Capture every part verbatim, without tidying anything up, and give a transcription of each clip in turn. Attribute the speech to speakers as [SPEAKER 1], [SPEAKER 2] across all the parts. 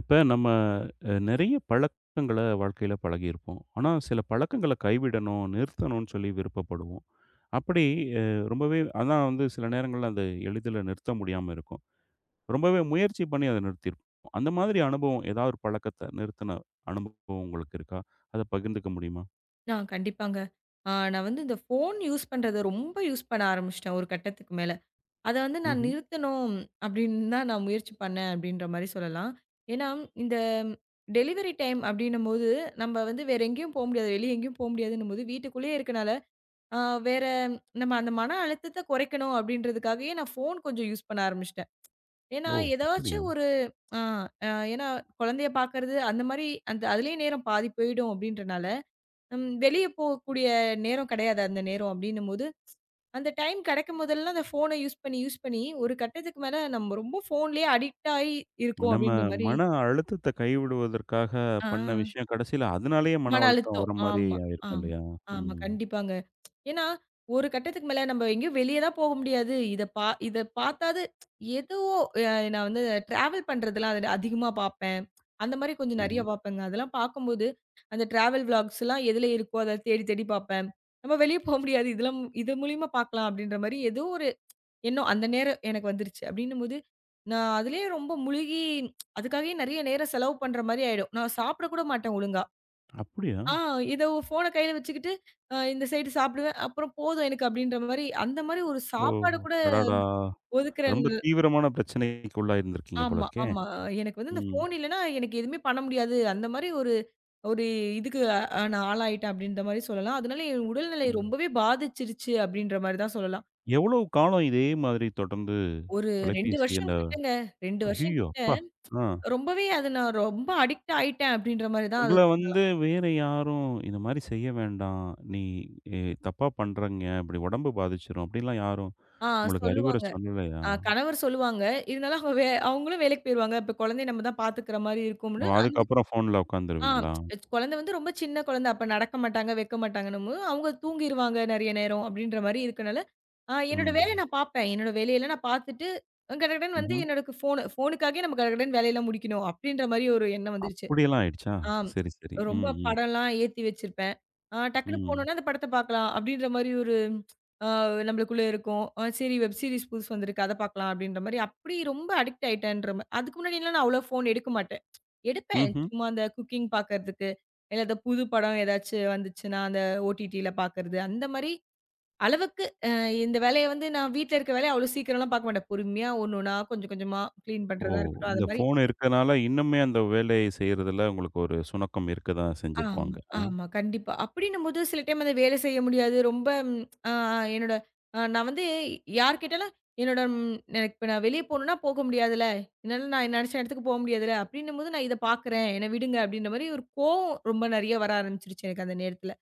[SPEAKER 1] இப்ப நம்ம அ நெறைய பழக்கங்கள வாழ்க்கையில பழகியிருப்போம். ஆனா, சில பழக்கங்கள கைவிடணும், நிறுத்தணும்னு சொல்லி விருப்பப்படுவோம். அப்படி அ ரொம்பவே அதான் வந்து சில நேரங்கள்ல அது எளிதில நிறுத்த முடியாம இருக்கும். ரொம்பவே முயற்சி பண்ணி அத நிறுத்தியிருப்போம். அந்த மாதிரி அனுபவம் ஏதாவது ஒரு பழக்கத்த நிறுத்தின அனுபவம் உங்களுக்கு இருக்கா? அத பகிர்ந்துக்க முடியுமா?
[SPEAKER 2] நான் கண்டிப்பாங்க. ஆ நான் வந்து இந்த ஃபோன் யூஸ் பண்றத ரொம்ப யூஸ் பண்ண ஆரம்பிச்சுட்டேன் ஒரு கட்டத்துக்கு மேல. அத வந்து நான்
[SPEAKER 1] ம்ஹ்ம்.
[SPEAKER 2] நிறுத்தணும் அப்படின்னு தான் நான் முயற்சி பண்ணேன் அப்படின்ற மாரி சொல்லலாம். ஏன்னா, இந்த டெலிவரி டைம் அப்படின்னும்போது, நம்ம வந்து வேற எங்கேயும் போ முடியாது. வெளிய எங்கேயும் போ முடியாதுன்னும்போது வீட்டுக்குள்ளேயே இருக்கனால, ஆ வேற நம்ம அந்த மன அழுத்தத்த குறைக்கணும் அப்படின்றதுக்காகவே நான் ஃபோன் கொஞ்சம் யூஸ் பண்ண ஆரம்பிச்சுட்டேன். ஏன்னா,
[SPEAKER 1] ஓ! அப்படியா?
[SPEAKER 2] ஏதாச்சும் ஒரு ஆ ஆ, ஏன்னா குழந்தைய பார்க்கறது அந்த மாரி அந்த அதிலேயே நேரம் பாதி போயிடும் அப்படின்றனால, ம். வெளிய போகக்கூடிய நேரம் கிடையாது அந்த நேரம் அப்டின்னும்போது, அந்த டைம் கிடைக்கும் போதெல்லாம் அந்த ஃபோன யூஸ் பண்ணி, யூஸ் பண்ணி ஒரு கட்டத்துக்கு மேல நம்ம ரொம்ப ஃபோன்லயே அடிக்ட் ஆயி இருக்கோம்
[SPEAKER 1] நம்ம
[SPEAKER 2] அப்டின்ற மாரி
[SPEAKER 1] மன அழுத்தத்த கைவிடுவதற்காக
[SPEAKER 2] ஆ.
[SPEAKER 1] பண்ண விஷயம் கடைசியில அதனாலேயே மன
[SPEAKER 2] மன
[SPEAKER 1] அழுத்தம்
[SPEAKER 2] அழுத்தம்.
[SPEAKER 1] வர மாரி
[SPEAKER 2] ஆமா,
[SPEAKER 1] ஆயிருக்கும்
[SPEAKER 2] ஆமா,
[SPEAKER 1] இல்லையா?
[SPEAKER 2] ஆமா.
[SPEAKER 1] ம்.
[SPEAKER 2] கண்டிப்பாங்க. ஏன்னா, ஒரு கட்டத்துக்கு மேல நம்ம எங்கேயும் வெளிய தான் போக முடியாது. இத பா இத பாத்தாவது ஏதோ அ நான் வந்து டிராவல் பண்றதெல்லாம் அது அதிகமா பார்ப்பேன். அந்த மாரி கொஞ்சம் நெறைய
[SPEAKER 1] ம்ஹ்ம்.
[SPEAKER 2] ம்ஹ்ம். பார்ப்பேங்க. அதெல்லாம் பார்க்கும்போது, அந்த டிராவல் விளாக்ஸ்லாம் எதுல இருக்கோ, அத தேடி தேடி பார்ப்பேன். நம்ம வெளிய போ முடியாது. இதெல்லாம் இது மூலியமா பார்க்கலாம் அப்படின்ற மாரி ஏதோ ஒரு எண்ணம் அந்த நேரம் எனக்கு வந்துருச்சு. அப்படின்னும்போது, நான் அதுலயே ரொம்ப முழுகி அதுக்காகவே நெறைய நேரம் செலவு பண்ற மாரி ஆயிடும். நான் சாப்பிட கூட மாட்டேன் ஒழுங்கா.
[SPEAKER 1] அப்படியா?
[SPEAKER 2] ஆ இத ஃபோன கையில வச்சுக்கிட்டு, அ இந்த சைடு சாப்பிடுவேன். அப்புறம் போதும் எனக்கு அப்படின்ற மாரி, அந்த மாரி ஒரு
[SPEAKER 1] ஓ!
[SPEAKER 2] சாப்பாடு கூட
[SPEAKER 1] அடடா!
[SPEAKER 2] ஒதுக்குற
[SPEAKER 1] ரொம்ப தீவிரமான பிரச்சனைக்கு உள்ளாயிருந்திருக்கீங்க போல
[SPEAKER 2] ஆமா,
[SPEAKER 1] இருக்கே.
[SPEAKER 2] ஆமா. எனக்கு வந்து இந்த
[SPEAKER 1] ம்.
[SPEAKER 2] ஃபோன் இல்லன்னா, எனக்கு எதுவுமே பண்ண முடியாது. அந்த மாரி ஒரு ஒரு இதுக்கு அ நான் ஆளாயிட்டேன் அப்படின்ற மாரி சொல்லலாம். அதனால என் உடல்நிலை
[SPEAKER 1] ம்.
[SPEAKER 2] ரொம்பவே பாதிச்சிருச்சு அப்படின்ற மாரி தான் சொல்லலாம்.
[SPEAKER 1] எவ்வளவு காலம் இதே மாதிரி தொடர்ந்து
[SPEAKER 2] ஒரு இரண்டு
[SPEAKER 1] தொலைபேசி
[SPEAKER 2] வருஷம்
[SPEAKER 1] அந்த
[SPEAKER 2] கிட்டங்க. இரண்டு வருஷம்
[SPEAKER 1] ஐயய்யோ!
[SPEAKER 2] கிட்ட
[SPEAKER 1] அப்பா! ஆ.
[SPEAKER 2] ரொம்பவே அது நான் ரொம்ப அடிக்ட் ஆயிட்டேன் அப்படின்ற மாரி தான் அது
[SPEAKER 1] உங்கள வந்து வேற யாரும் இந்த மாரி செய்ய வேண்டாம். நீ எ தப்பா பண்றீங்க. இப்படி உடம்பு பாதிச்சிரும். அப்படிலாம் யாரும்
[SPEAKER 2] ஆ
[SPEAKER 1] உங்களுக்கு அறிவுரை
[SPEAKER 2] சொல்லுவாங்க.
[SPEAKER 1] சொல்லலையா?
[SPEAKER 2] அ கணவர் சொல்லுவாங்க. இருந்தாலும் அவங்க வே அவங்களும் வேலைக்கு போயிருவாங்க. இப்ப குழந்தைய நம்ம தான் பார்த்துக்கிற மாரி
[SPEAKER 1] ஓ!
[SPEAKER 2] இருக்கும்னு அந்த
[SPEAKER 1] அதுக்கப்புறம் ஃபோன்ல
[SPEAKER 2] ஆ
[SPEAKER 1] உட்காந்துருவீங்களா?
[SPEAKER 2] இச் குழந்தை வந்து ரொம்ப சின்ன குழந்தை. அப்ப நடக்க மாட்டாங்க, வைக்க மாட்டாங்கன்னும்போது, அவங்க தூங்கிருவாங்க நெறைய நேரம் அப்படின்ற மாரி இருக்கனால, அ என்னோட வேலைய
[SPEAKER 1] ம்.
[SPEAKER 2] நான் பாப்பேன். என்னோட வேலையெல்லாம் நான் பாத்துட்டு, கடகடன்னு வந்து
[SPEAKER 1] ம்ஹ்ம்.
[SPEAKER 2] என்னோட ஃபோனு ஃபோனுக்காகவே நம்ம கடகடன்னு வேலையெல்லாம் முடிக்கணும். அப்படின்ற மாரி ஒரு எண்ணம் வந்துருச்சு.
[SPEAKER 1] அப்படியெல்லாம் ஆயிடுச்சா?
[SPEAKER 2] ஆம்.
[SPEAKER 1] சரி, சரி.
[SPEAKER 2] ரொம்ப
[SPEAKER 1] ம், ம்.
[SPEAKER 2] படம்லாம் ஏத்தி வச்சிருப்பேன். ஆ டக்குனு
[SPEAKER 1] ம்.
[SPEAKER 2] போனோனே அந்த படத்த பார்க்கலாம். அப்படின்ற மாரி ஒரு ஆ நம்மளுக்குள்ள இருக்கும். அ சரி வெப் சீரிஸ் புதுசு வந்திருக்கு. அத பார்க்கலாம் அப்படின்ற மாரி அப்படி ரொம்ப அடிக்ட் ஆயிட்டேன்ற மாரி. அதுக்கு முன்னாடிலாம் நான் அவ்வளவா ஃபோன் எடுக்க மாட்டேன். எடுப்பேன்.
[SPEAKER 1] ம்ஹ்ம்.
[SPEAKER 2] சும்மா அந்த குக்கிங் பார்க்கறதுக்கு, இல்ல அந்த புது படம் ஏதாச்சும் வந்துச்சுன்னா, அந்த ஓடிடில பார்க்கறது. அந்த மாரி அளவுக்கு அ இந்த வேலைய வந்து நான் வீட்ல இருக்க வேலைய அவ்வளோ சீக்கிரம்லாம் பார்க்க மாட்டேன். பொறுமையா ஒண்ணு ஒண்ணா கொஞ்சம் கொஞ்சமா கிளீன்
[SPEAKER 1] ஓ!
[SPEAKER 2] பண்றதா இருக்கட்டும். அது
[SPEAKER 1] இந்த
[SPEAKER 2] மாரி
[SPEAKER 1] ஃபோன் இருக்கனால இன்னுமே அந்த வேலைய செய்றதுல உங்களுக்கு ஒரு சுணக்கம் இருக்க தான்
[SPEAKER 2] ஆமா,
[SPEAKER 1] செஞ்சிருக்கும் அங்க. அ.
[SPEAKER 2] ஆமா. கண்டிப்பா. அப்படின்னும்போது சில டைம் அந்த வேலை செய்ய முடியாது. ரொம்ப ம் அ என்னோட அ நான் வந்து யார் கேட்டாலும் என்னோட ம் எனக்கு இப்ப நான் வெளிய போணும்னா போக முடியாதுல்ல. என்னால நான் நெனச்ச இடத்துக்கு போ முடியாதுல்ல. அப்படின்னும்போது நான் இத பார்க்குறேன். என்ன விடுங்க அப்படின்ற மாரி ஒரு கோவம் ரொம்ப நெறைய வர ஆரம்பிச்சுருச்சு எனக்கு அந்த நேரத்துல.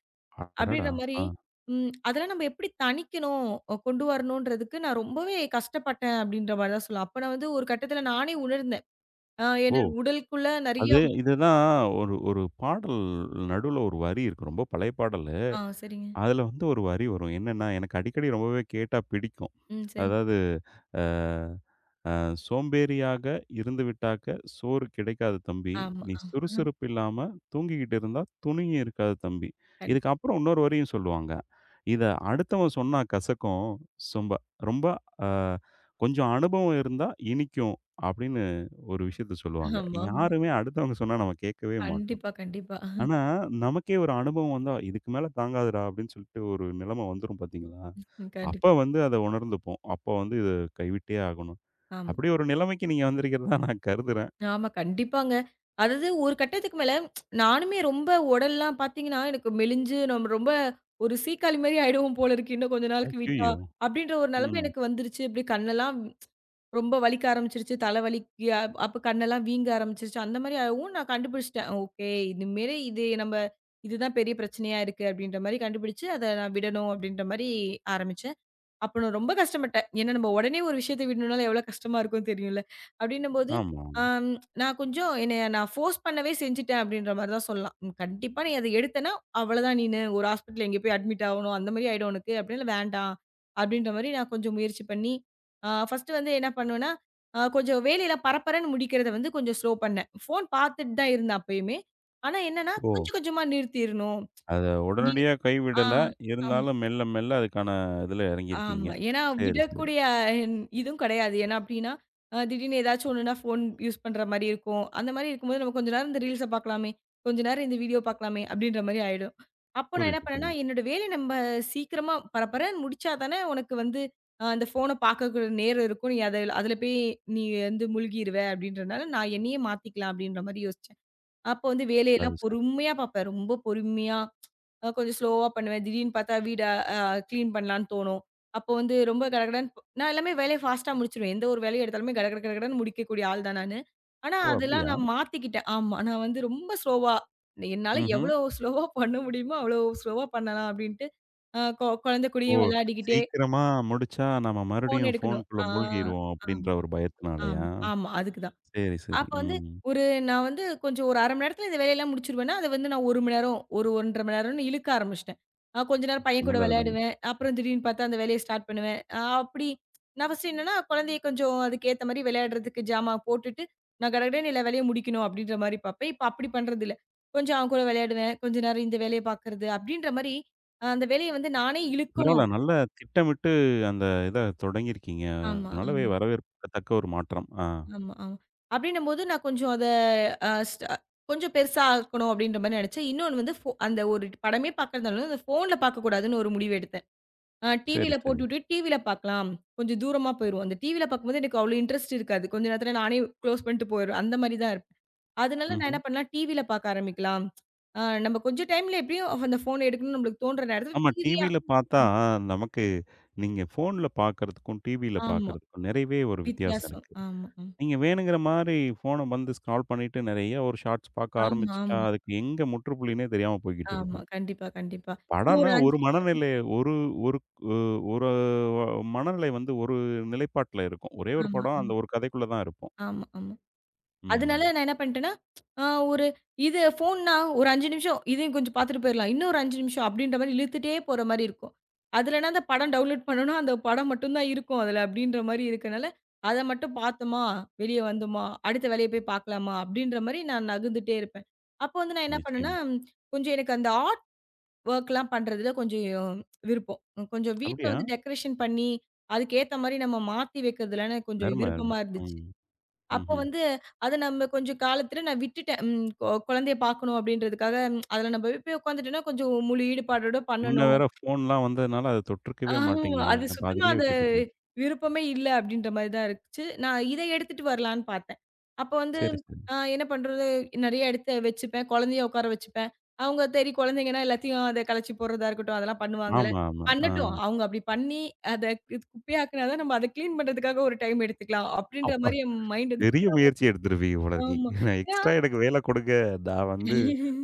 [SPEAKER 1] அடடா!
[SPEAKER 2] அப்படின்ற மாரி
[SPEAKER 1] ஆ.
[SPEAKER 2] ம் அதெல்லாம் நம்ம எப்படி தணிக்கணும், அ கொண்டு வரணுன்றதுக்கு நான் ரொம்பவே கஷ்டப்பட்டேன் அப்படின்ற மாரி தான் சொல்லலாம். அப்ப நான் வந்து ஒரு கட்டத்துல நானே உணர்ந்தேன். அ என்னோட
[SPEAKER 1] ஓ!
[SPEAKER 2] உடலுக்குள்ள நெறைய
[SPEAKER 1] அது இதுதான் ஒரு ஒரு பாடல் நடுவுல ஒரு வரி இருக்கு. ரொம்ப பழைய பாடலு.
[SPEAKER 2] ஆ சரிங்க.
[SPEAKER 1] அதுல வந்து ஒரு வரி வரும். என்னன்னா, எனக்கு அடிக்கடி ரொம்பவே கேட்டா பிடிக்கும்.
[SPEAKER 2] ம் சரி.
[SPEAKER 1] அதாவது, அ அ "சோம்பேறியாக இருந்துவிட்டாக்க சோறு கிடைக்காது தம்பி.
[SPEAKER 2] ஆமா.
[SPEAKER 1] நீ
[SPEAKER 2] ஆ.
[SPEAKER 1] சுறுசுறுப்பு இல்லாம தூங்கிக்கிட்டு இருந்தா துணியும் இருக்காது தம்பி."
[SPEAKER 2] கண்டிப்பா.
[SPEAKER 1] இதுக்கப்புறம் இன்னொரு வரியும் சொல்லுவாங்க. இத அடுத்தவன் சொன்னா கசக்கும். சொம்ப ரொம்ப அ கொஞ்சம் அனுபவம் இருந்தா இனிக்கும் அப்படின்னு ஒரு விஷயத்த சொல்லுவாங்க.
[SPEAKER 2] ஆமாமா.
[SPEAKER 1] யாருமே அடுத்தவங்க சொன்னா நம்ம கேட்கவே மாட்டோம்.
[SPEAKER 2] கண்டிப்பா, கண்டிப்பா.
[SPEAKER 1] ஆனா, நமக்கே ஒரு அனுபவம் வந்தா, "இதுக்கு மேல தாங்காதுடா" அப்படின்னு சொல்லிட்டு ஒரு நிலைமை வந்துரும் பார்த்தீங்களா?
[SPEAKER 2] கண்டிப்
[SPEAKER 1] அப்ப வந்து அத உணர்ந்துப்போம். அப்ப வந்து இத கைவிட்டே ஆகணும்.
[SPEAKER 2] ஆமா.
[SPEAKER 1] அப்படி ஒரு நிலைமைக்கு நீங்க வந்திருக்கிறதா நான் கருதுறேன்.
[SPEAKER 2] ஆமா, கண்டிப்பாங்க. அதாவது ஒரு கட்டத்துக்கு மேல நானுமே ரொம்ப உடல்லாம் பார்த்தீங்கன்னா, எனக்கு மெலிஞ்சு நம்ம ரொம்ப ஒரு சீக்காளி மாரி ஆயிடுவோம் போல இருக்கு. இன்னும் கொஞ்ச நாளுக்கு விட்டா,
[SPEAKER 1] அய்யய்யோ!
[SPEAKER 2] அப்படின்ற ஒரு நிலைமை
[SPEAKER 1] ஐய்யய்யோ! ம்.
[SPEAKER 2] எனக்கு வந்துருச்சு. இப்படி கண்ணெல்லாம் ரொம்ப வலிக்க ஆரம்பிச்சுருச்சு. தலை வலிக்க அப் அப்ப கண்ணெல்லாம் வீங்க ஆரம்பிச்சுருச்சு. அந்த மாரி ஆகவும் நான் கண்டுபிடிச்சுட்டேன். ஓகே. இதுமேரி இது நம்ம இதுதான் பெரிய பிரச்சனையா இருக்கு, அப்படின்ற மாரி கண்டுபிடிச்சு, அத நான் விடணும் அப்படின்ற மாரி ஆரம்பிச்சேன். அப்ப நான் ரொம்ப கஷ்டப்பட்டேன். ஏன்னா நம்ம உடனே ஒரு விஷயத்த விடணும்னாலும் எவ்வளோ கஷ்டமா இருக்கும்னு தெரியும்ல. அப்படின்னும்போது,
[SPEAKER 1] ஆமா.
[SPEAKER 2] அம் நான் கொஞ்சம் என்னைய நான் ஃபோர்ஸ் பண்ணவே செஞ்சுட்டேன் அப்படின்ற மாரி தான் சொல்லலாம். "ம் கண்டிப்பா நீ அத எடுத்தன்னா, அவ்வளோதான் நீனு. ஒரு ஹாஸ்பிட்டல்ல எங்கேயோ போய் அட்மிட் ஆவணும். அந்த மாரி ஆயிடும் உனக்கு. அப்படினால வேண்டாம்." அப்படின்ற மாரி நான் கொஞ்சம் முயற்சி பண்ணி, அ ஃபர்ஸ்ட்டு வந்து என்ன பண்ணுவேன்னா, அ கொஞ்சம் வேலையெல்லாம் பரபரன்னு முடிக்கிறத வந்து கொஞ்சம் ஸ்லோ பண்ணேன். ஃபோன் பார்த்துட்டு தான் இருந்தேன் அப்பயுமே. ஆனா என்னன்னா,
[SPEAKER 1] ஓ!
[SPEAKER 2] கொஞ்சம் கொஞ்சமா நிறுத்திரணும்.
[SPEAKER 1] அத
[SPEAKER 2] நீ
[SPEAKER 1] உடனடியா
[SPEAKER 2] ஆ.
[SPEAKER 1] கைவிடல.
[SPEAKER 2] ஆமா.
[SPEAKER 1] இருந்தாலும் மெல்ல, மெல்ல அதுக்கான இதுல இறங்கியிருக்கீங்க.
[SPEAKER 2] ஆமா. ஏன்னா
[SPEAKER 1] சரி, சரி.
[SPEAKER 2] விடக்கூடிய அஹ், இதுவும் கிடையாது. ஏன்னா அப்டின்னா, அ திடீர்னு ஏதாச்சும் ஒண்ணுனா ஃபோன் யூஸ் பண்ற மாரி இருக்கும். அந்த மாரி இருக்கும்போது நம்ம கொஞ்ச நேரம் இந்த ரீல்ஸ பார்க்கலாமே, கொஞ்ச நேரம் இந்த வீடியோ பார்க்கலாமே அப்டின்ற மாரி ஆயிடும். அப்போ நான் என்ன
[SPEAKER 1] புரியுது,
[SPEAKER 2] பண்ணேன்னா,
[SPEAKER 1] புரியுது.
[SPEAKER 2] என்னோட வேலைய நம்ம சீக்கிரமா பரபரன்னு முடிச்சா தானே உனக்கு வந்து அ அந்த ஃபோன பார்க்கக்கூட நேரம் இருக்கும். நீ அத அதுல போய் நீ வந்து முழுகிருவ அப்டின்றனால நான் என்னையே மாத்திக்கலாம் அப்டின்ற மாரி யோசிச்சேன். அப்போ வந்து
[SPEAKER 1] அது
[SPEAKER 2] வேலையெல்லாம்
[SPEAKER 1] சரி.
[SPEAKER 2] பொறுமையா பார்ப்பேன். ரொம்ப பொறுமையா, அ கொஞ்சம் ஸ்லோவா பண்ணுவேன். திடீர்னு பார்த்தா வீட அ கிளீன் பண்ணலான்னு தோணும். அப்போ வந்து ரொம்ப கடகடன்னு நான் எல்லாமே வேலைய ஃபாஸ்ட்டா முடிச்சுருவேன். எந்த ஒரு வேலைய எடுத்தாலுமே கடகட கடகடன்னு முடிக்கக்கூடிய ஆள் தான் நானு. ஆனா,
[SPEAKER 1] ஓ!
[SPEAKER 2] அதெல்லாம்
[SPEAKER 1] அப்படியா?
[SPEAKER 2] நான் மாத்திக்கிட்டேன். ஆமா. நான் வந்து ரொம்ப ஸ்லோவா என்னால
[SPEAKER 1] ம்ஹ்ம்.
[SPEAKER 2] எவ்வளோ ஸ்லோவா பண்ண முடியுமோ, அவ்வளோ ஸ்லோவா பண்ணலாம் அப்டின்ட்டு, அ கொ குழந்தை
[SPEAKER 1] ஓ!
[SPEAKER 2] கூடயும் விளையாடிக்கிட்டே
[SPEAKER 1] சீக்கிரமா முடிச்சா நம்ம
[SPEAKER 2] ஃபோன்
[SPEAKER 1] மறுபடியும்
[SPEAKER 2] எடுக்கணும்.
[SPEAKER 1] ஃபோனுக்குள்ள
[SPEAKER 2] ஆ
[SPEAKER 1] மூழ்கிருவோம்
[SPEAKER 2] ஆமா,
[SPEAKER 1] அப்படின்ற ஒரு
[SPEAKER 2] ஆமா,
[SPEAKER 1] பயத்தினாலயா?
[SPEAKER 2] ஆமா. அதுக்கு தான்.
[SPEAKER 1] சரி, சரி.
[SPEAKER 2] அப்ப வந்து
[SPEAKER 1] ம்.
[SPEAKER 2] ஒரு நான் வந்து கொஞ்சம் ஒரு அரை மணி நேரத்துல இந்த வேலையெல்லாம் முடிச்சுருவேன்னா, அத வந்து நான் ஒரு மணி நேரம், ஒரு ஒன்று அரை மணி நேரம்னு இழுக்க ஆரம்பிச்சுட்டேன். அ கொஞ்ச நேரம் பையன் கூட
[SPEAKER 1] நல்லது, நல்லது.
[SPEAKER 2] விளையாடுவேன். அப்புறம் திடீர்னு பார்த்தா அந்த வேலைய ஸ்டார்ட் பண்ணுவேன். அ அப்படி நான் ஃபர்ஸ்ட் என்னன்னா, குழந்தைய கொஞ்சம் அதுக்கு ஏத்த மாரி விளையாடுறதுக்கு ஜாமான் போட்டுட்டு, நான் கடகடன்னு எல்லா வேலையும் முடிக்கணும் அப்படின்ற மாரி பார்ப்பேன். இப்ப அப்படி பண்றதில்ல. கொஞ்சம் அவன் கூட விளையாடுவேன். கொஞ்ச நேரம் இந்த வேலைய பார்க்கறது அப்படின்ற மாரி, அந்த வேலைய வந்து நானே
[SPEAKER 1] பரவால்ல
[SPEAKER 2] இழுக்கணும்.
[SPEAKER 1] நல்லா திட்டமிட்டு அந்த இத தொடங்கியிருக்கீங்க.
[SPEAKER 2] ஆமா.
[SPEAKER 1] நல்லாவே வரவேற்கத்தக்க ஒரு மாற்றம். ஆ.
[SPEAKER 2] ஆமா, ஆமா. அப்படின்னும்போது நான் கொஞ்சம் அத அ ஸ்ட கொஞ்சம் பெருசா ஆக்கணும் அப்படின்ற மாரி நெனச்சேன். இன்னொன்னு வந்து ஃபோ அந்த ஒரு படமே பார்க்கறதுனால அந்த ஃபோன்ல பார்க்கக்கூடாதுன்னு ஒரு முடிவு எடுத்தேன். அ
[SPEAKER 1] சரி,
[SPEAKER 2] டிவியில
[SPEAKER 1] சரி.
[SPEAKER 2] போட்டுவிட்டு டிவியில பார்க்கலாம். கொஞ்சம் தூரமா போயிருவோம். அந்த டிவியில பார்க்கும்போது எனக்கு அவ்வளோ இன்ட்ரெஸ்ட் இருக்காது. கொஞ்ச நேரத்துல நானே க்ளோஸ் பண்ணிட்டு போயிருவேன். அந்த மாரி தான் இருப்பேன். அதனால நான்
[SPEAKER 1] ம்ஹ்ம்.
[SPEAKER 2] என்ன பண்ணலாம், டிவியில பார்க்க ஆரம்பிக்கலாம். அ நம்ம கொஞ்சம் டைம்ல எப்படியும் அந்த ஃபோன் எடுக்கணும்னு நம்மளுக்கு தோன்ற நேரத்துல
[SPEAKER 1] ஆமா.
[SPEAKER 2] டிவியா
[SPEAKER 1] டிவியில பார்த்தா, நமக்கு நீங்க ஃபோன்ல பார்க்கறதுக்கும், டிவியில
[SPEAKER 2] ஆமா.
[SPEAKER 1] பார்க்கறதுக்கும் நிறையவே ஒரு வித்தியாசம்
[SPEAKER 2] வித்தியாசம்.
[SPEAKER 1] இருக்கு.
[SPEAKER 2] ஆமா, ஆமா.
[SPEAKER 1] நீங்க வேணுங்கிற மாரி ஃபோன வந்து ஸ்க்ரால் பண்ணிட்டு நெறைய ஒரு ஷார்ட்ஸ் பார்க்க
[SPEAKER 2] ஆமா,
[SPEAKER 1] ஆரம்பிச்சுட்டா,
[SPEAKER 2] ஆமா,
[SPEAKER 1] அதுக்கு எங்க முற்றுப்புள்ளினே தெரியாம போய்க்கிட்டு
[SPEAKER 2] ஆமா.
[SPEAKER 1] இருக்கும்.
[SPEAKER 2] கண்டிப்பா, கண்டிப்பா. இன்னும்
[SPEAKER 1] படம்னா
[SPEAKER 2] ஒரு ஐந்து
[SPEAKER 1] ஒரு
[SPEAKER 2] நிமிஷம்.
[SPEAKER 1] மனநிலை ஒரு ஒரு அ ஒரு மனநிலை வந்து ஒரு நிலைப்பாட்டுல இருக்கும். ஒரே ஒரு
[SPEAKER 2] ஆமா.
[SPEAKER 1] படம், அந்த ஒரு கதைக்குள்ள தான் இருப்போம்.
[SPEAKER 2] ஆமா, ஆமா. அதனால
[SPEAKER 1] ம்.
[SPEAKER 2] நான் என்ன பண்ணிட்டேன்னா, அ ஒரு இது ஃபோன்னா ஒரு ஐந்து நிமிஷம் இதையும் கொஞ்சம் பார்த்துட்டு போயிரலாம். இன்னும் ஒரு ஐந்து நிமிஷம் அப்படின்ற மாரி இழுத்துட்டே போற மாரி இருக்கும். அதுலன்னா அந்த படம் டவுன்லோட் பண்ணோம்னா, அந்த படம் மட்டும் தான் இருக்கும் அதுல அப்படின்ற மாரி இருக்கனால, அத மட்டும் பார்த்தோமா, வெளிய வந்தோமா, அடுத்த வேலைய போய் பார்க்கலாமா அப்படின்ற மாரி நான் நகுந்துட்டே இருப்பேன். அப்போ வந்து நான் என்ன பண்ணேன்னா,
[SPEAKER 1] நிச்சயம்.
[SPEAKER 2] ம், கொஞ்சம் எனக்கு அந்த ஆர்ட் வொர்க்லாம் பண்றதுல கொஞ்சம் விருப்பம். கொஞ்சம் வீட்ல
[SPEAKER 1] அப்படியா?
[SPEAKER 2] வந்து டெக்கரேஷன் பண்ணி, அதுக்கு ஏத்த மாரி நம்ம மாத்தி வைக்கிறதுலன்னு கொஞ்சம்
[SPEAKER 1] அரும, அரும.
[SPEAKER 2] விருப்பமா இருந்துச்சு.
[SPEAKER 1] ம்.
[SPEAKER 2] அப்போ
[SPEAKER 1] ம்ஹ்ம்.
[SPEAKER 2] வந்து அத நம்ம கொஞ்சம் காலத்துல நான் விட்டுட்டேன். ம் கொ குழந்தைய பார்க்கணும் அப்படின்றதுக்காக ம், அதுல நம்ம போய் உட்காந்துட்டோம்னா, கொஞ்சம் முழு ஈடுபாடோட
[SPEAKER 1] முன்ன
[SPEAKER 2] பண்ணணும்.
[SPEAKER 1] வேற ஃபோன்லாம் வந்ததுனால, அத தொட்டிருக்கவே
[SPEAKER 2] ஆமா.
[SPEAKER 1] மாட்டீங்க.
[SPEAKER 2] அது சுத்தமா
[SPEAKER 1] பாதியிலே
[SPEAKER 2] அந்த
[SPEAKER 1] விட்டுட்டு போய்
[SPEAKER 2] விருப்பமே இல்ல அப்படின்ற மாரி தான் இருந்துச்சு. நான் இத எடுத்துட்டு வரலான்னு பார்த்தேன். அப்போ வந்து
[SPEAKER 1] சரி, சரி.
[SPEAKER 2] அ என்ன பண்றது? நெறைய எடுத்து வச்சுப்பேன். குழந்தைய உட்கார வச்சுப்பேன். அவங்க சரி குழந்தைங்கன்னா எல்லாத்தையும் அத கலச்சி போடுறதா இருக்கட்டும், அதெல்லாம் பண்ணுவாங்கல்ல.
[SPEAKER 1] ஆமா, ஆமா. ஆ.
[SPEAKER 2] பண்ணட்டும். அவங்க அப்படி பண்ணி அத இது குப்பையாக்குனா தான் நம்ம அத கிளீன் பண்றதுக்காக ஒரு டைம் எடுத்துக்கலாம். அப்படின்ற
[SPEAKER 1] அப்பா
[SPEAKER 2] மாரி என் மைண்ட் வந்து
[SPEAKER 1] பெரிய
[SPEAKER 2] full ஆ.
[SPEAKER 1] முயற்சி எடுத்திருப்பீங்க போல இருக்கு.
[SPEAKER 2] ஆமா.
[SPEAKER 1] நான்
[SPEAKER 2] ஏன்னா
[SPEAKER 1] எக்ஸ்ட்ரா எனக்கு வேல கொடுங்க. நான் வந்து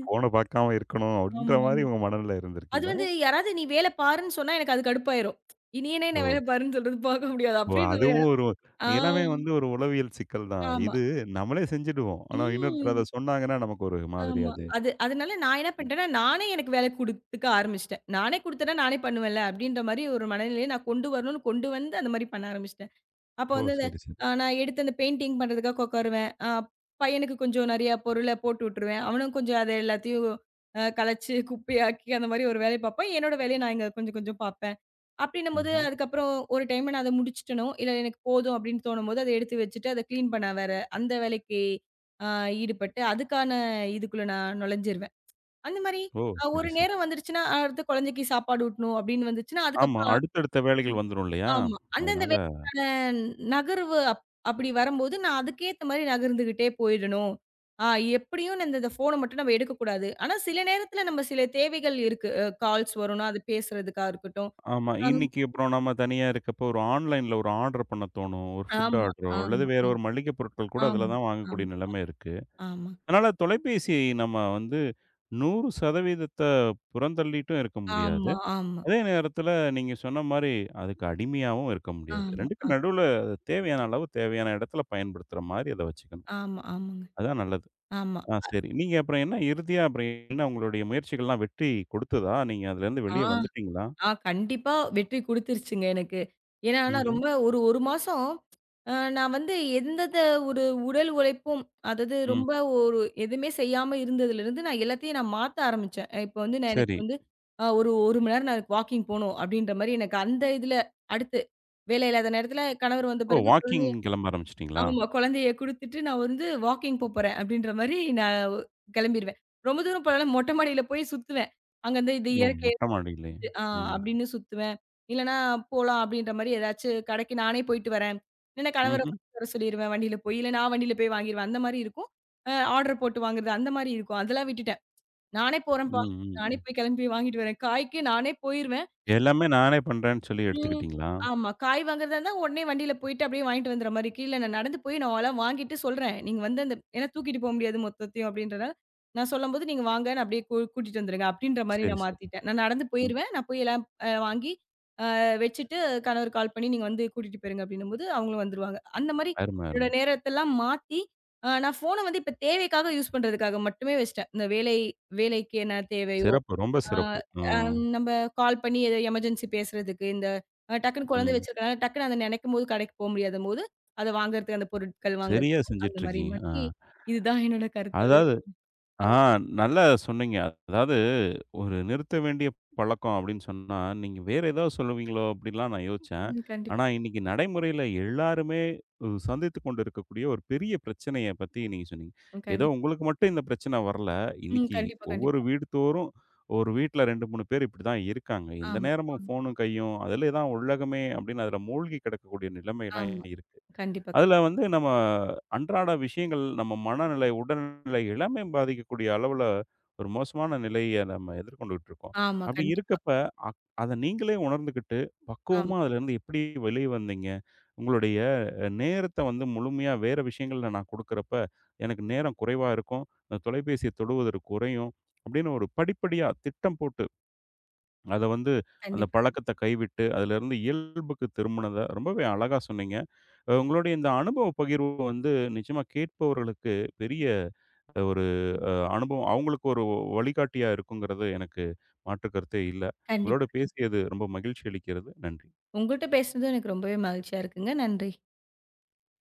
[SPEAKER 1] ஃபோன பார்க்காம இருக்கணும் அப்படின்ற
[SPEAKER 2] ஆமா.
[SPEAKER 1] மாரி உங்க மனநிலை
[SPEAKER 2] அது
[SPEAKER 1] இருந்திருக்குல்ல?
[SPEAKER 2] வந்து யாராவது நீ வேல பாருன்னு சொன்னா எனக்கு அது கடுப்பாயிரும். இனி என்ன என்ன
[SPEAKER 1] ஓ!
[SPEAKER 2] வேல பாருன்னு சொல்றது பார்க்க முடியாது.
[SPEAKER 1] ஓ!
[SPEAKER 2] அப்படின்ற மாரி
[SPEAKER 1] அதுவும்
[SPEAKER 2] ஆயிடும்.
[SPEAKER 1] ஒரு
[SPEAKER 2] ஆ
[SPEAKER 1] எல்லாமே வந்து ஒரு உளவியல் சிக்கல் தான்.
[SPEAKER 2] ஆமா.
[SPEAKER 1] இது நம்மளே செஞ்சுடுவோம். ஆனா இன்னொருத்தர் அத
[SPEAKER 2] ம்.
[SPEAKER 1] சொன்னாங்கன்னா நமக்கு ஒரு மாதிரி
[SPEAKER 2] ஆமா.
[SPEAKER 1] அது.
[SPEAKER 2] அது அதனால நான் என்ன பண்ணிட்டேன்னா, நானே எனக்கு வேல குடுத்துக்க ஆரம்பிச்சுட்டேன். நானே குடுத்தேன்னா நானே பண்ணுவேன்ல அப்படின்ற மாரி ஒரு மனநிலையை நான் கொண்டு வரணும்னு கொண்டு வந்து அந்த மாரி பண்ண ஆரம்பிச்சுட்டேன். அப்ப
[SPEAKER 1] ஓ!
[SPEAKER 2] வந்து அந்த
[SPEAKER 1] சரி, சரி.
[SPEAKER 2] அ நான் எடுத்து அந்த பெயிண்டிங் பண்றதுக்காக உட்காருவேன். அ பையனுக்கு கொஞ்சம் நெறைய பொருள போட்டு விட்டுருவேன். அவனும் கொஞ்சம் அத எல்லாத்தையும் அ கலைச்சு குப்பையாக்கி அந்த மாரி ஒரு வேலைய பார்ப்பான். என்னோட வேலைய நான் இங்க கொஞ்சம் கொஞ்சம் பார்ப்பேன். அப்டின்னும்போது,
[SPEAKER 1] ம்ஹ்ம்.
[SPEAKER 2] அதுக்கப்புறம் ஒரு டைம் நான் அத முடிச்சுட்டணும். இல்ல எனக்கு போதும் அப்டின்னு தோணும்போது, அத எடுத்து வச்சுட்டு, அத கிளீன் பண்ண வேற அந்த வேலைக்கு அ ஈடுபட்டு, அதுக்கான இதுக்குள்ள நான் நுழைஞ்சிருவேன். அந்த மாரி
[SPEAKER 1] ஓ!
[SPEAKER 2] அ ஒரு
[SPEAKER 1] சரி, சரி.
[SPEAKER 2] நேரம் வந்துருச்சுன்னா, அடுத்து குழந்தைக்கு சாப்பாடு ஊட்டணும் அப்டின்னு வந்துச்சுன்னா,
[SPEAKER 1] ஆமா.
[SPEAKER 2] அதுக்கப்புறம்
[SPEAKER 1] அடுத்தடுத்த வேலைகள் வந்துரும் இல்லையா?
[SPEAKER 2] ஆமா. அந்தந்த
[SPEAKER 1] அதனால
[SPEAKER 2] வேலைக்கான நகர்வு அப் அப்டி வரும்போது, நான் அதுக்கேத்த மாரி நகர்ந்துகிட்டே போயிடணும். ஆ எப்டியும் இந்த இந்த ஃபோன மட்டும் நம்ம எடுக்கக்கூடாது. ஆனா, சில நேரத்துல நம்ம சில தேவைகள் இருக்கு. அ கால்ஸ் வரும்னா, அது பேசுறதுக்கா இருக்கட்டும்.
[SPEAKER 1] ஆமா.
[SPEAKER 2] அம்
[SPEAKER 1] இன்னைக்கு அப்புறம் நம்ம தனியா இருக்கப்போ ஒரு ஆன்லைன்ல ஒரு ஆர்டர் பண்ண தோணும். ஒரு ஃபுட்
[SPEAKER 2] ஆமா,
[SPEAKER 1] ஆர்டரோ அல்லது வேற
[SPEAKER 2] ஆமா.
[SPEAKER 1] ஒரு மளிகை பொருட்கள் கூட அதுல
[SPEAKER 2] ஆமா,
[SPEAKER 1] தான்
[SPEAKER 2] ஆமா,
[SPEAKER 1] வாங்கக்கூடிய நிலைமை இருக்கு. அதனால தொலைபேசி நம்ம வந்து நூறு சதவீதம் புறந்தள்ளிட்டும் இருக்க முடியாது.
[SPEAKER 2] ஆமா, ஆமா,
[SPEAKER 1] அதே நேரத்தில நீங்க சொன்ன மாரி அதுக்கு அடிமையாவும் இருக்க
[SPEAKER 2] ஆமா,
[SPEAKER 1] முடியாது.
[SPEAKER 2] ஆமா, ஆ
[SPEAKER 1] 2க்கும் நடுவுல அது தேவையான அளவு, தேவையான இடத்துல பயன்படுத்துற மாரி அத வச்சுக்கணும்.
[SPEAKER 2] ஆமா, ஆமாங்க.
[SPEAKER 1] அதான் நல்லது.
[SPEAKER 2] ஆமா.
[SPEAKER 1] ஆ சரி. நீங்க அப்புறம் என்ன இறுதியா அப்புறம் என்ன உங்களுடைய முயற்சிகள்லாம் வெற்றி கொடுத்ததா? நீங்க அதுலேருந்து
[SPEAKER 2] ஆ,
[SPEAKER 1] வெளிய வந்துட்டீங்களா?
[SPEAKER 2] ஆ கண்டிப்பா வெற்றி குடுத்துருச்சுங்க எனக்கு. ஏன்னா, நான்
[SPEAKER 1] ம்ஹ்ம்.
[SPEAKER 2] ரொம்ப ஒரு 1 மாசம் அ நான் வந்து எந்தெந்த ஒரு உடல் உழைப்பும், அதாவது
[SPEAKER 1] ம்.
[SPEAKER 2] ரொம்ப ஒரு எதுவுமே செய்யாம இருந்ததுலருந்து நான் எல்லாத்தையும் நான் மாத்த ஆரம்பிச்சேன். இப்ப வந்து நான் எனக்கு
[SPEAKER 1] சரி.
[SPEAKER 2] வந்து அ ஒரு 1 மணி நேரம் நான் வாக்கிங் போணும், அப்படின்ற மாரி எனக்கு அந்த இதுல அடுத்து வேலை இல்லாத நேரத்துல கணவர் வந்த
[SPEAKER 1] ஓ!
[SPEAKER 2] பிறகு
[SPEAKER 1] வாக்கிங்
[SPEAKER 2] குழந்தை
[SPEAKER 1] கிளம்ப ஆரம்பிச்சுட்டீங்களா?
[SPEAKER 2] ஆமா. குழந்தைய குடுத்துட்டு நான் வந்து வாக்கிங் போ போறேன் அப்படின்ற மாரி நான் கெளம்பிருவேன். ரொம்ப தூரம் போலனா மொட்டை மாடியில போய் சுத்துவேன். அங்க வந்து இது
[SPEAKER 1] ஓ!
[SPEAKER 2] இயற்கைய
[SPEAKER 1] மொட்ட மாடியிலயே.
[SPEAKER 2] ரசிச்சுட்டு ஆ
[SPEAKER 1] ம்.
[SPEAKER 2] அப்படின்னு சுத்துவேன். இல்லன்னா போலாம் அப்படின்ற மாரி ஏதாச்சு கடைக்கு நானே போயிட்டு வரேன். இல்லன்னா கணவர
[SPEAKER 1] ம்ஹ்ம்.
[SPEAKER 2] வாங்கிட்டு வர சொல்லிருவேன் வண்டியில போய். இல்ல நான் வண்டியில போய் வாங்கிருவேன். அந்த மாரி இருக்கும். அ ஆர்டர் போட்டு வாங்குறது அந்த மாரி இருக்கும். அதெல்லாம் விட்டுட்டேன். நானே
[SPEAKER 1] ம்,
[SPEAKER 2] போறேன்ப்பா.
[SPEAKER 1] ம்,
[SPEAKER 2] நானே
[SPEAKER 1] ம்.
[SPEAKER 2] போய் கெளம்பி வாங்கிட்டு வரேன். காய்க்கு நானே போயிருவேன்.
[SPEAKER 1] எல்லாமே நானே பண்றேன்னு சொல்லி
[SPEAKER 2] ம்.
[SPEAKER 1] எடுத்துக்கிட்டீங்களா?
[SPEAKER 2] ஆமா. காய் வாங்குறதா இருந்தா, உடனே வண்டியில போயிட்டு அப்படியே வாங்கிட்டு வந்துற மாரி. கீழ நான் நடந்து போய் நான் அதெல்லாம் வாங்கிட்டு சொல்றேன். நீங்க வந்து அந்த ஏன்னா தூக்கிட்டு போ முடியாது மொத்தத்தையும் அப்படின்றனால, நான் சொல்லும்போது நீங்க வாங்க நான் அப்படியே கூ கூட்டிட்டு வந்துருங்க அப்படின்ற மாரி
[SPEAKER 1] சரி,
[SPEAKER 2] நான்
[SPEAKER 1] சரி.
[SPEAKER 2] மாத்திட்டேன். நான் நடந்து
[SPEAKER 1] ம்.
[SPEAKER 2] போயிருவேன். நான் போய் எல்லாம் அ வாங்கி அ வச்சுட்டு கணவர் கால் பண்ணி நீங்க வந்து கூட்டிட்டு போயிருங்க அப்படின்னும்போது அவங்களும் வந்துருவாங்க. அந்த மாரி
[SPEAKER 1] அருமை,
[SPEAKER 2] என்னோட
[SPEAKER 1] அருமை.
[SPEAKER 2] நேரத்தெல்லாம் மாத்தி, அ நான் ஃபோன வந்து இப்ப தேவைக்காக யூஸ் பண்றதுக்காக மட்டுமே வச்சுட்டேன். இந்த வேலை வேலைக்கு என்ன தேவையோ
[SPEAKER 1] சிறப்பு. ரொம்ப
[SPEAKER 2] ஆ,
[SPEAKER 1] சிறப்பு. ம்.
[SPEAKER 2] அம் நம்ப கால் பண்ணி ஏதோ எமர்ஜென்சி பேசுறதுக்கு, இந்த அ டக்குன்னு குழந்தை
[SPEAKER 1] ம்.
[SPEAKER 2] வச்சிருக்கனால, டக்குன்னு அத நெனைக்கும்போது கடைக்கு போ முடியாதம்போது, அத வாங்குறதுக்கு அந்த பொருட்கள்
[SPEAKER 1] சரியா
[SPEAKER 2] வாங்குறதுக்கு, அந்த
[SPEAKER 1] செஞ்சுட்டு
[SPEAKER 2] மாரி
[SPEAKER 1] இருக்கீங்க. ஆ.
[SPEAKER 2] மாத்தி இதுதான் என்னோட கருத்தாவே
[SPEAKER 1] அதாவது ஆ நல்லா சொன்னீங்க. அதாவது ஒரு நிறுத்த வேண்டிய பழக்கம் அப்படின்னு சொன்னா, நீங்க வேற ஏதாவது சொல்லுவீங்களோ அப்படிலாம் நான் யோசிச்சேன்.
[SPEAKER 2] ம்.
[SPEAKER 1] ஆனா
[SPEAKER 2] கண்டிப்பா.
[SPEAKER 1] இன்னைக்கு நடைமுறையில எல்லாருமே அ சந்தித்துக் கொண்டு இருக்கக்கூடிய ஒரு பெரிய பிரச்சனைய பத்தி நீங்க சொன்னீங்க.
[SPEAKER 2] ம்.
[SPEAKER 1] ஏதோ
[SPEAKER 2] கண்டிப்பா.
[SPEAKER 1] உங்களுக்கு மட்டும் இந்த பிரச்சனை வரல.
[SPEAKER 2] ம்.
[SPEAKER 1] இன்னைக்கு
[SPEAKER 2] கண்டிப்பா,
[SPEAKER 1] ஒவ்வொரு
[SPEAKER 2] கண்டிப்பா.
[SPEAKER 1] வீடு தோறும் ஒரு வீட்ல ரெண்டு, மூணு பேர் இப்படிதான் இருக்காங்க. எந்த
[SPEAKER 2] ஆமா,
[SPEAKER 1] நேரமும்
[SPEAKER 2] ஆமா,
[SPEAKER 1] ஃபோனும் கையும் அதிலே தான் உலகமே அப்படின்னு அதில மூழ்கி கிடக்கக்கூடிய நிலைமைலாம்
[SPEAKER 2] ஆமா.
[SPEAKER 1] இருக்கு.
[SPEAKER 2] கண்டிப்பா,
[SPEAKER 1] அதில
[SPEAKER 2] கண்டிப்பா.
[SPEAKER 1] வந்து நம்ம அன்றாட விஷயங்கள், நம்ம மனநிலை, உடல்நிலை எல்லாமே பாதிக்கக்கூடிய அளவுல ஒரு மோசமான நிலைய நம்ம எதிர்கொண்டுகிட்டு இருக்கோம்.
[SPEAKER 2] ஆமா.
[SPEAKER 1] அப்படி
[SPEAKER 2] கண்டிப்பா.
[SPEAKER 1] இருக்கப்ப, அக் அத நீங்களே உணர்ந்துகிட்டு,
[SPEAKER 2] ஆமா.
[SPEAKER 1] பக்குவமா அதிலேருந்து எப்படி வெளிய வந்தீங்க? உங்களுடைய நேரத்த வந்து முழுமையா வேற விஷயங்கள்ல நான் குடுக்குறப்ப, எனக்கு நேரம் குறைவா இருக்கும். இந்த தொலைபேசிய தொடுவது குறையும். அப்படின்னு ஒரு படிப்படியா திட்டம் போட்டு அத வந்து அந்த
[SPEAKER 2] கண்டிப்பா, கண்டிப்பா.
[SPEAKER 1] பழக்கத்த கைவிட்டு, அதிலிருந்து இயல்புக்கு திரும்புனத ரொம்பவே அழகா சொன்னீங்க. அ உங்களுடைய இந்த அனுபவ பகிர்வு வந்து நிச்சயமா கேட்பவர்களுக்கு பெரிய ஒரு அ அனுபவம் அவங்களுக்கு ஒரு வழிகாட்டியா இருக்குங்கிறது எனக்கு மாற்று கருத்தே இல்ல. உங்களோட
[SPEAKER 2] கண்டிப்பா.
[SPEAKER 1] பேசியது ரொம்ப மகிழ்ச்சி அளிக்கிறது. நன்றி.
[SPEAKER 2] உங்கள்ட்ட பேசுனதும் எனக்கு ரொம்பவே மகிழ்ச்சியா இருக்குங்க. நன்றி.